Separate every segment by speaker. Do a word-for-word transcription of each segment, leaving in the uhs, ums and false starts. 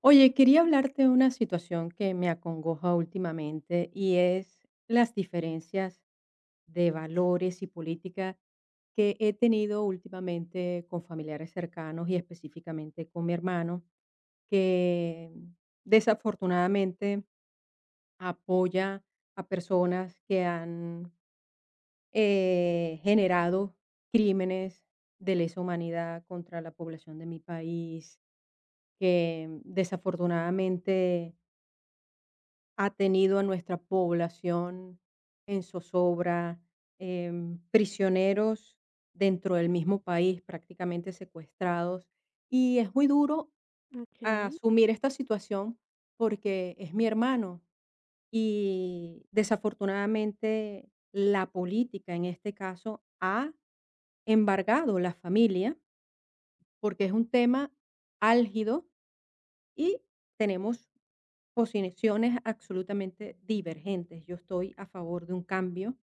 Speaker 1: Oye, quería hablarte de una situación que me acongoja últimamente y es las diferencias de valores y política que he tenido últimamente con familiares cercanos y específicamente con mi hermano, que desafortunadamente apoya a personas que han eh, generado crímenes de lesa humanidad contra la población de mi país, que desafortunadamente ha tenido a nuestra población en zozobra, em, prisioneros dentro del mismo país, prácticamente secuestrados. Y es muy duro
Speaker 2: Okey,
Speaker 1: asumir esta situación porque es mi hermano y desafortunadamente la política en este caso ha embargado la familia porque es un tema álgido y tenemos posiciones absolutamente divergentes. Yo estoy a favor de un cambio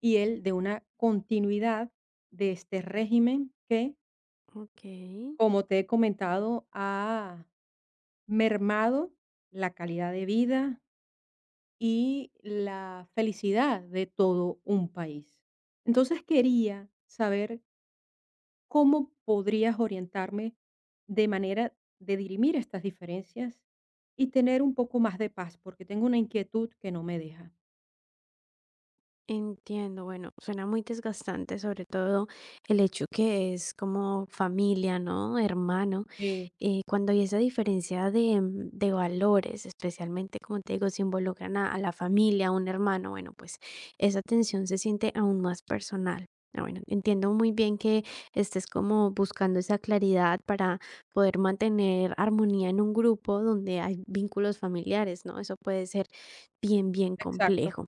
Speaker 1: y él de una continuidad de este régimen que,
Speaker 2: okey,
Speaker 1: como te he comentado, ha mermado la calidad de vida y la felicidad de todo un país. Entonces quería saber, ¿cómo podrías orientarme de manera de dirimir estas diferencias y tener un poco más de paz? Porque tengo una inquietud que no me deja.
Speaker 2: entiendo. Bueno, suena muy desgastante, sobre todo el hecho que es como familia, ¿no? Hermano.
Speaker 1: Sí,
Speaker 2: Eh, cuando hay esa diferencia de, mm, de valores, especialmente, como te digo, si involucran a, a la familia, a un hermano, bueno, pues esa tensión se siente aún más personal. Ah, Bueno, entiendo muy bien que estés como buscando esa claridad para poder mantener armonía en un grupo donde hay vínculos familiares, ¿no? Eso puede ser bien, bien
Speaker 1: exacto.
Speaker 2: complejo.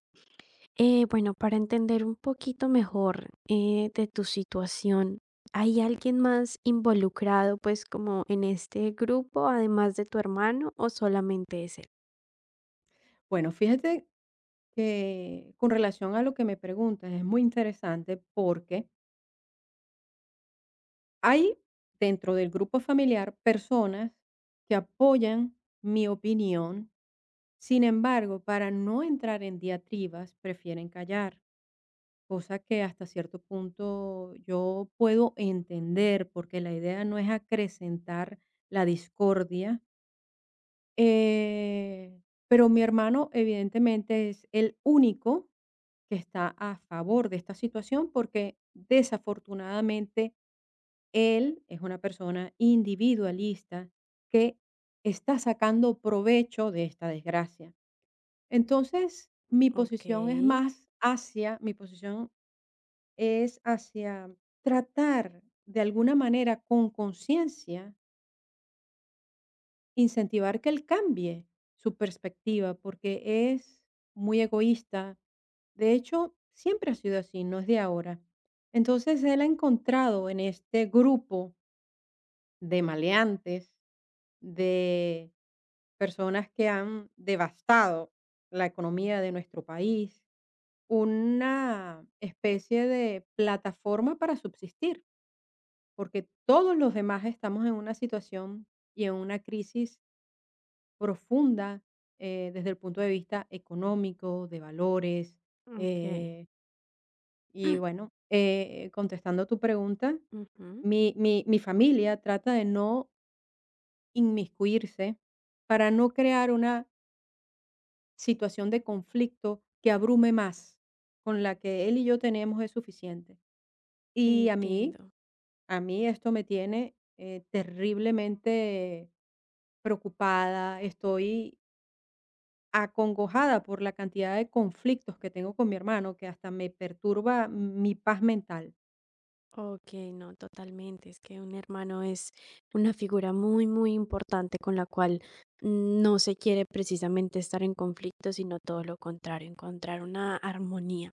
Speaker 2: Eh, bueno, para entender un poquito mejor eh, de tu situación, ¿hay alguien más involucrado pues como en este grupo, además de tu hermano, o solamente es él?
Speaker 1: Bueno, fíjate que con relación a lo que me preguntas es muy interesante porque hay dentro del grupo familiar personas que apoyan mi opinión, sin embargo, para no entrar en diatribas, prefieren callar. Cosa que hasta cierto punto yo puedo entender, porque la idea no es acrecentar la discordia. Eh, pero mi hermano evidentemente es el único que está a favor de esta situación porque desafortunadamente él es una persona individualista que está sacando provecho de esta desgracia. Entonces, mi
Speaker 2: Ok,
Speaker 1: posición es más hacia, mi posición es hacia tratar de alguna manera con conciencia incentivar que él cambie su perspectiva porque es muy egoísta. De hecho, siempre ha sido así, no es de ahora. Entonces, él ha encontrado en este grupo de maleantes, de personas que han devastado la economía de nuestro país, una especie de plataforma para subsistir. Porque todos los demás estamos en una situación y en una crisis profunda, eh, desde el punto de vista económico, de valores.
Speaker 2: ok.
Speaker 1: eh, y bueno, eh, contestando tu pregunta,
Speaker 2: Ujú.
Speaker 1: mi, mi, mi familia trata de no inmiscuirse para no crear una situación de conflicto que abrume más. Con la que él y yo tenemos es suficiente. Y a mí
Speaker 2: Entiendo.
Speaker 1: a mí esto me tiene, eh, terriblemente preocupada. Estoy acongojada por la cantidad de conflictos que tengo con mi hermano, que hasta me perturba mi paz mental.
Speaker 2: Ok, no, totalmente. Es que un hermano es una figura muy, muy importante con la cual no se quiere precisamente estar en conflicto, sino todo lo contrario, encontrar una armonía.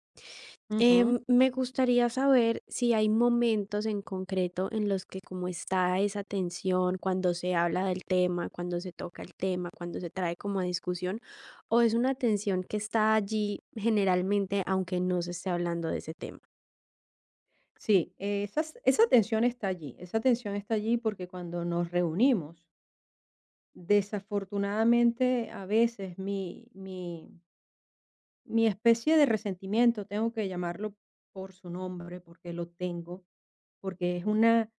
Speaker 1: Ujú.
Speaker 2: Em, me gustaría saber si hay momentos en concreto en los que como está esa tensión, cuando se habla del tema, cuando se toca el tema, cuando se trae como a discusión, o es una tensión que está allí generalmente, aunque no se esté hablando de ese tema.
Speaker 1: Sí, eh, esas esa tensión está allí, esa tensión está allí porque cuando nos reunimos, desafortunadamente, a veces mi mi mi especie de resentimiento, tengo que llamarlo por su nombre, porque lo tengo, porque es una,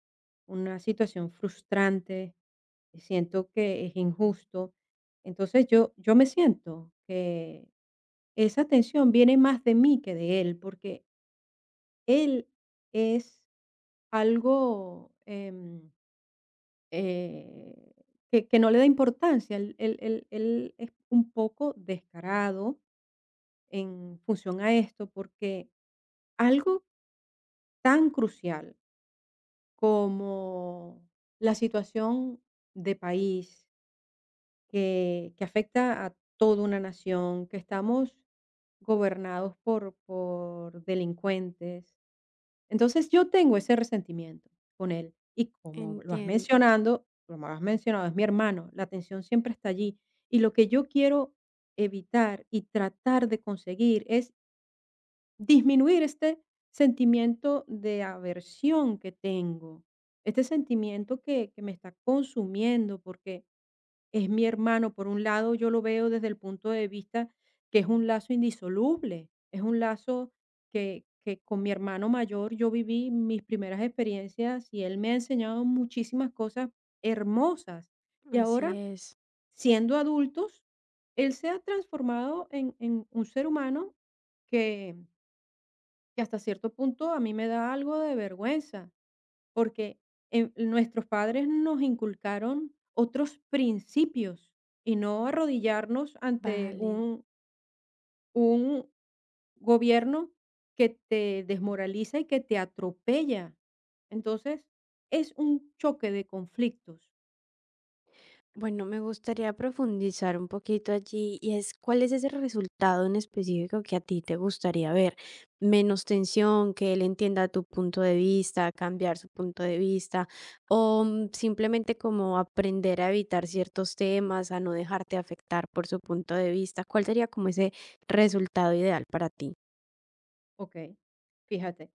Speaker 1: una situación frustrante, y siento que es injusto. Entonces yo, yo me siento que esa tensión viene más de mí que de él, porque él es algo em, eh, que, que no le da importancia. Él, él- él- él es un poco descarado, en función a esto, porque algo tan crucial como la situación de país que, que afecta a toda una nación, que estamos gobernados por, por delincuentes. Entonces yo tengo ese resentimiento con él y como lo has
Speaker 2: Entiendo.
Speaker 1: mencionado, como lo has mencionado, es mi hermano, la atención siempre está allí y lo que yo quiero evitar y tratar de conseguir es disminuir este sentimiento de aversión que tengo, este sentimiento que, que me está consumiendo, porque es mi hermano, por un lado yo lo veo desde el punto de vista que es un lazo indisoluble, es un lazo que, que con mi hermano mayor yo viví mis primeras experiencias y él me ha enseñado muchísimas cosas hermosas. Y
Speaker 2: Así
Speaker 1: ahora
Speaker 2: es,
Speaker 1: siendo adultos, él se ha transformado en, en un ser humano que hasta cierto punto a mí me da algo de vergüenza, porque em, nuestros padres nos inculcaron otros principios y no arrodillarnos ante
Speaker 2: vale.
Speaker 1: un, un gobierno que te desmoraliza y que te atropella. Entonces, es un choque de conflictos.
Speaker 2: Bueno, me gustaría profundizar un poquito allí y es cuál es ese resultado en específico que a ti te gustaría ver. Menos tensión, que él entienda tu punto de vista, cambiar su punto de vista o mm, simplemente como aprender a evitar ciertos temas, a no dejarte afectar por su punto de vista. ¿Cuál sería como ese resultado ideal para ti?
Speaker 1: Ok, fíjate,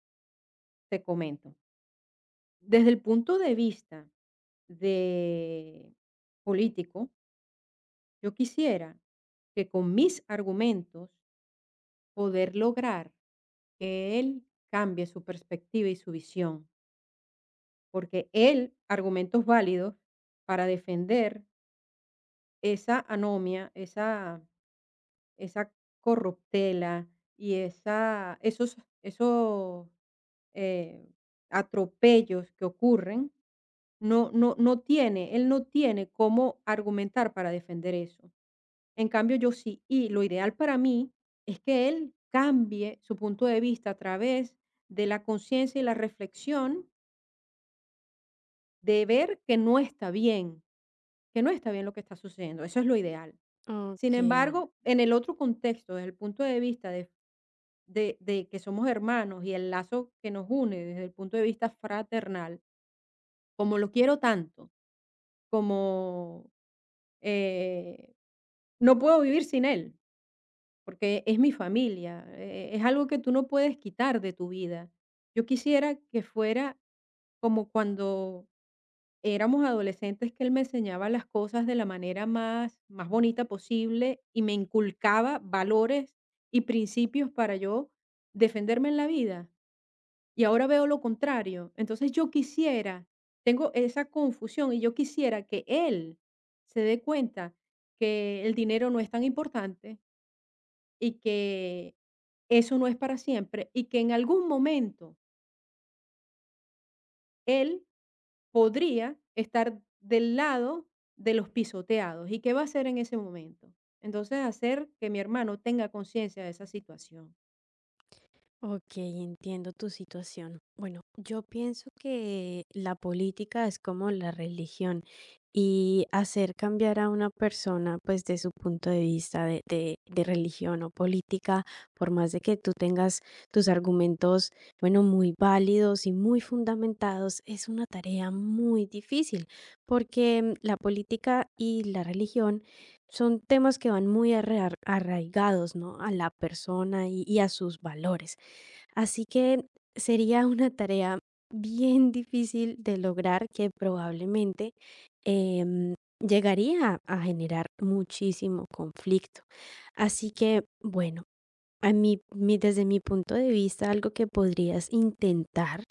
Speaker 1: te comento. Desde el punto de vista de político, yo quisiera que con mis argumentos poder lograr que él cambie su perspectiva y su visión, porque él argumentos válidos para defender esa anomia, esa esa corruptela y esa esos esos, eh, atropellos que ocurren, no no no tiene él, no tiene cómo argumentar para defender eso. En cambio, yo sí, y lo ideal para mí es que él cambie su punto de vista a través de la conciencia y la reflexión de ver que no está bien, que no está bien lo que está sucediendo. Eso es lo ideal. Sin
Speaker 2: Ok.
Speaker 1: embargo, en el otro contexto, desde el punto de vista de, de, de que somos hermanos y el lazo que nos une desde el punto de vista fraternal, como lo quiero tanto, como eh, no puedo vivir sin él, porque es mi familia, eh, es algo que tú no puedes quitar de tu vida. Yo quisiera que fuera como cuando éramos adolescentes, que él me enseñaba las cosas de la manera más más bonita posible y me inculcaba valores y principios para yo defenderme en la vida, y ahora veo lo contrario. Entonces, yo quisiera, tengo esa confusión, y yo quisiera que él se dé cuenta que el dinero no es tan importante y que eso no es para siempre, y que en algún momento él podría estar del lado de los pisoteados. ¿Y qué va a hacer en ese momento? Entonces, hacer que mi hermano tenga conciencia de esa situación,
Speaker 2: Ok, entiendo tu situación. Bueno, yo pienso que la política es como la religión y hacer cambiar a una persona pues de su punto de vista de, de- de religión o política, por más de que tú tengas tus argumentos, bueno, muy válidos y muy fundamentados, es una tarea muy difícil porque mm, la política y la religión son temas que van muy arra- arraigados, ¿no? A la persona y y a sus valores. Así que sería una tarea bien difícil de lograr que probablemente em, llegaría a generar muchísimo conflicto. Así que, bueno, a mí, mi- desde mi punto de vista, algo que podrías intentar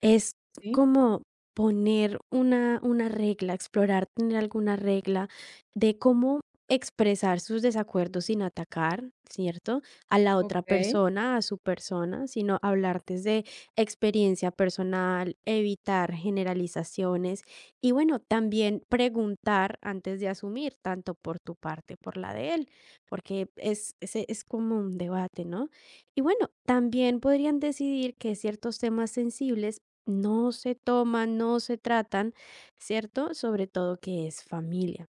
Speaker 2: es
Speaker 1: ¿sí?
Speaker 2: como poner una una regla, explorar tener alguna regla de cómo expresar sus desacuerdos sin atacar, ¿cierto? A la otra
Speaker 1: Ok,
Speaker 2: persona, a su persona, sino hablar desde experiencia personal, evitar generalizaciones y, bueno, también preguntar antes de asumir, tanto por tu parte, por la de él, porque es ese es como un debate, ¿no? Y, bueno, también podrían decidir que ciertos temas sensibles no se toman, no se tratan, ¿cierto? Sobre todo que es familia.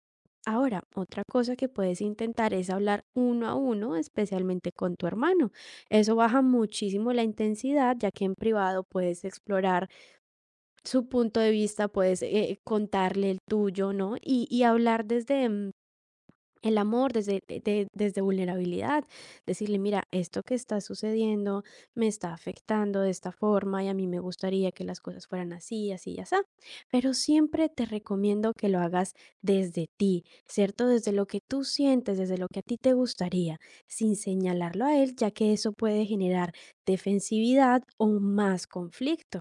Speaker 2: Ahora, otra cosa que puedes intentar es hablar uno a uno, especialmente con tu hermano. Eso baja muchísimo la intensidad, ya que en privado puedes explorar su punto de vista, puedes eh, contarle el tuyo, ¿no? Y, y hablar desde, mm, el amor desde, de- de- desde vulnerabilidad, decirle, mira, esto que está sucediendo me está afectando de esta forma y a mí me gustaría que las cosas fueran así, así y así. Pero siempre te recomiendo que lo hagas desde ti, ¿cierto? Desde lo que tú sientes, desde lo que a ti te gustaría, sin señalarlo a él, ya que eso puede generar defensividad o más conflicto.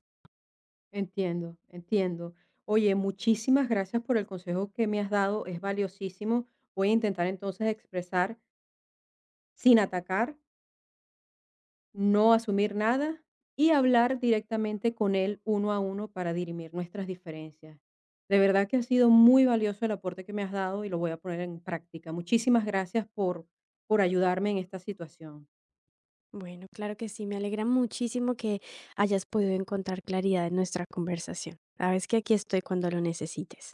Speaker 1: entiendo, entiendo. Oye, muchísimas gracias por el consejo que me has dado, es valiosísimo. Voy a intentar entonces expresar sin atacar, no asumir nada y hablar directamente con él uno a uno para dirimir nuestras diferencias. De verdad que ha sido muy valioso el aporte que me has dado y lo voy a poner en práctica. Muchísimas gracias por, por ayudarme en esta situación.
Speaker 2: Bueno, claro que sí, me alegra muchísimo que hayas podido encontrar claridad en nuestra conversación. Sabes que aquí estoy cuando lo necesites.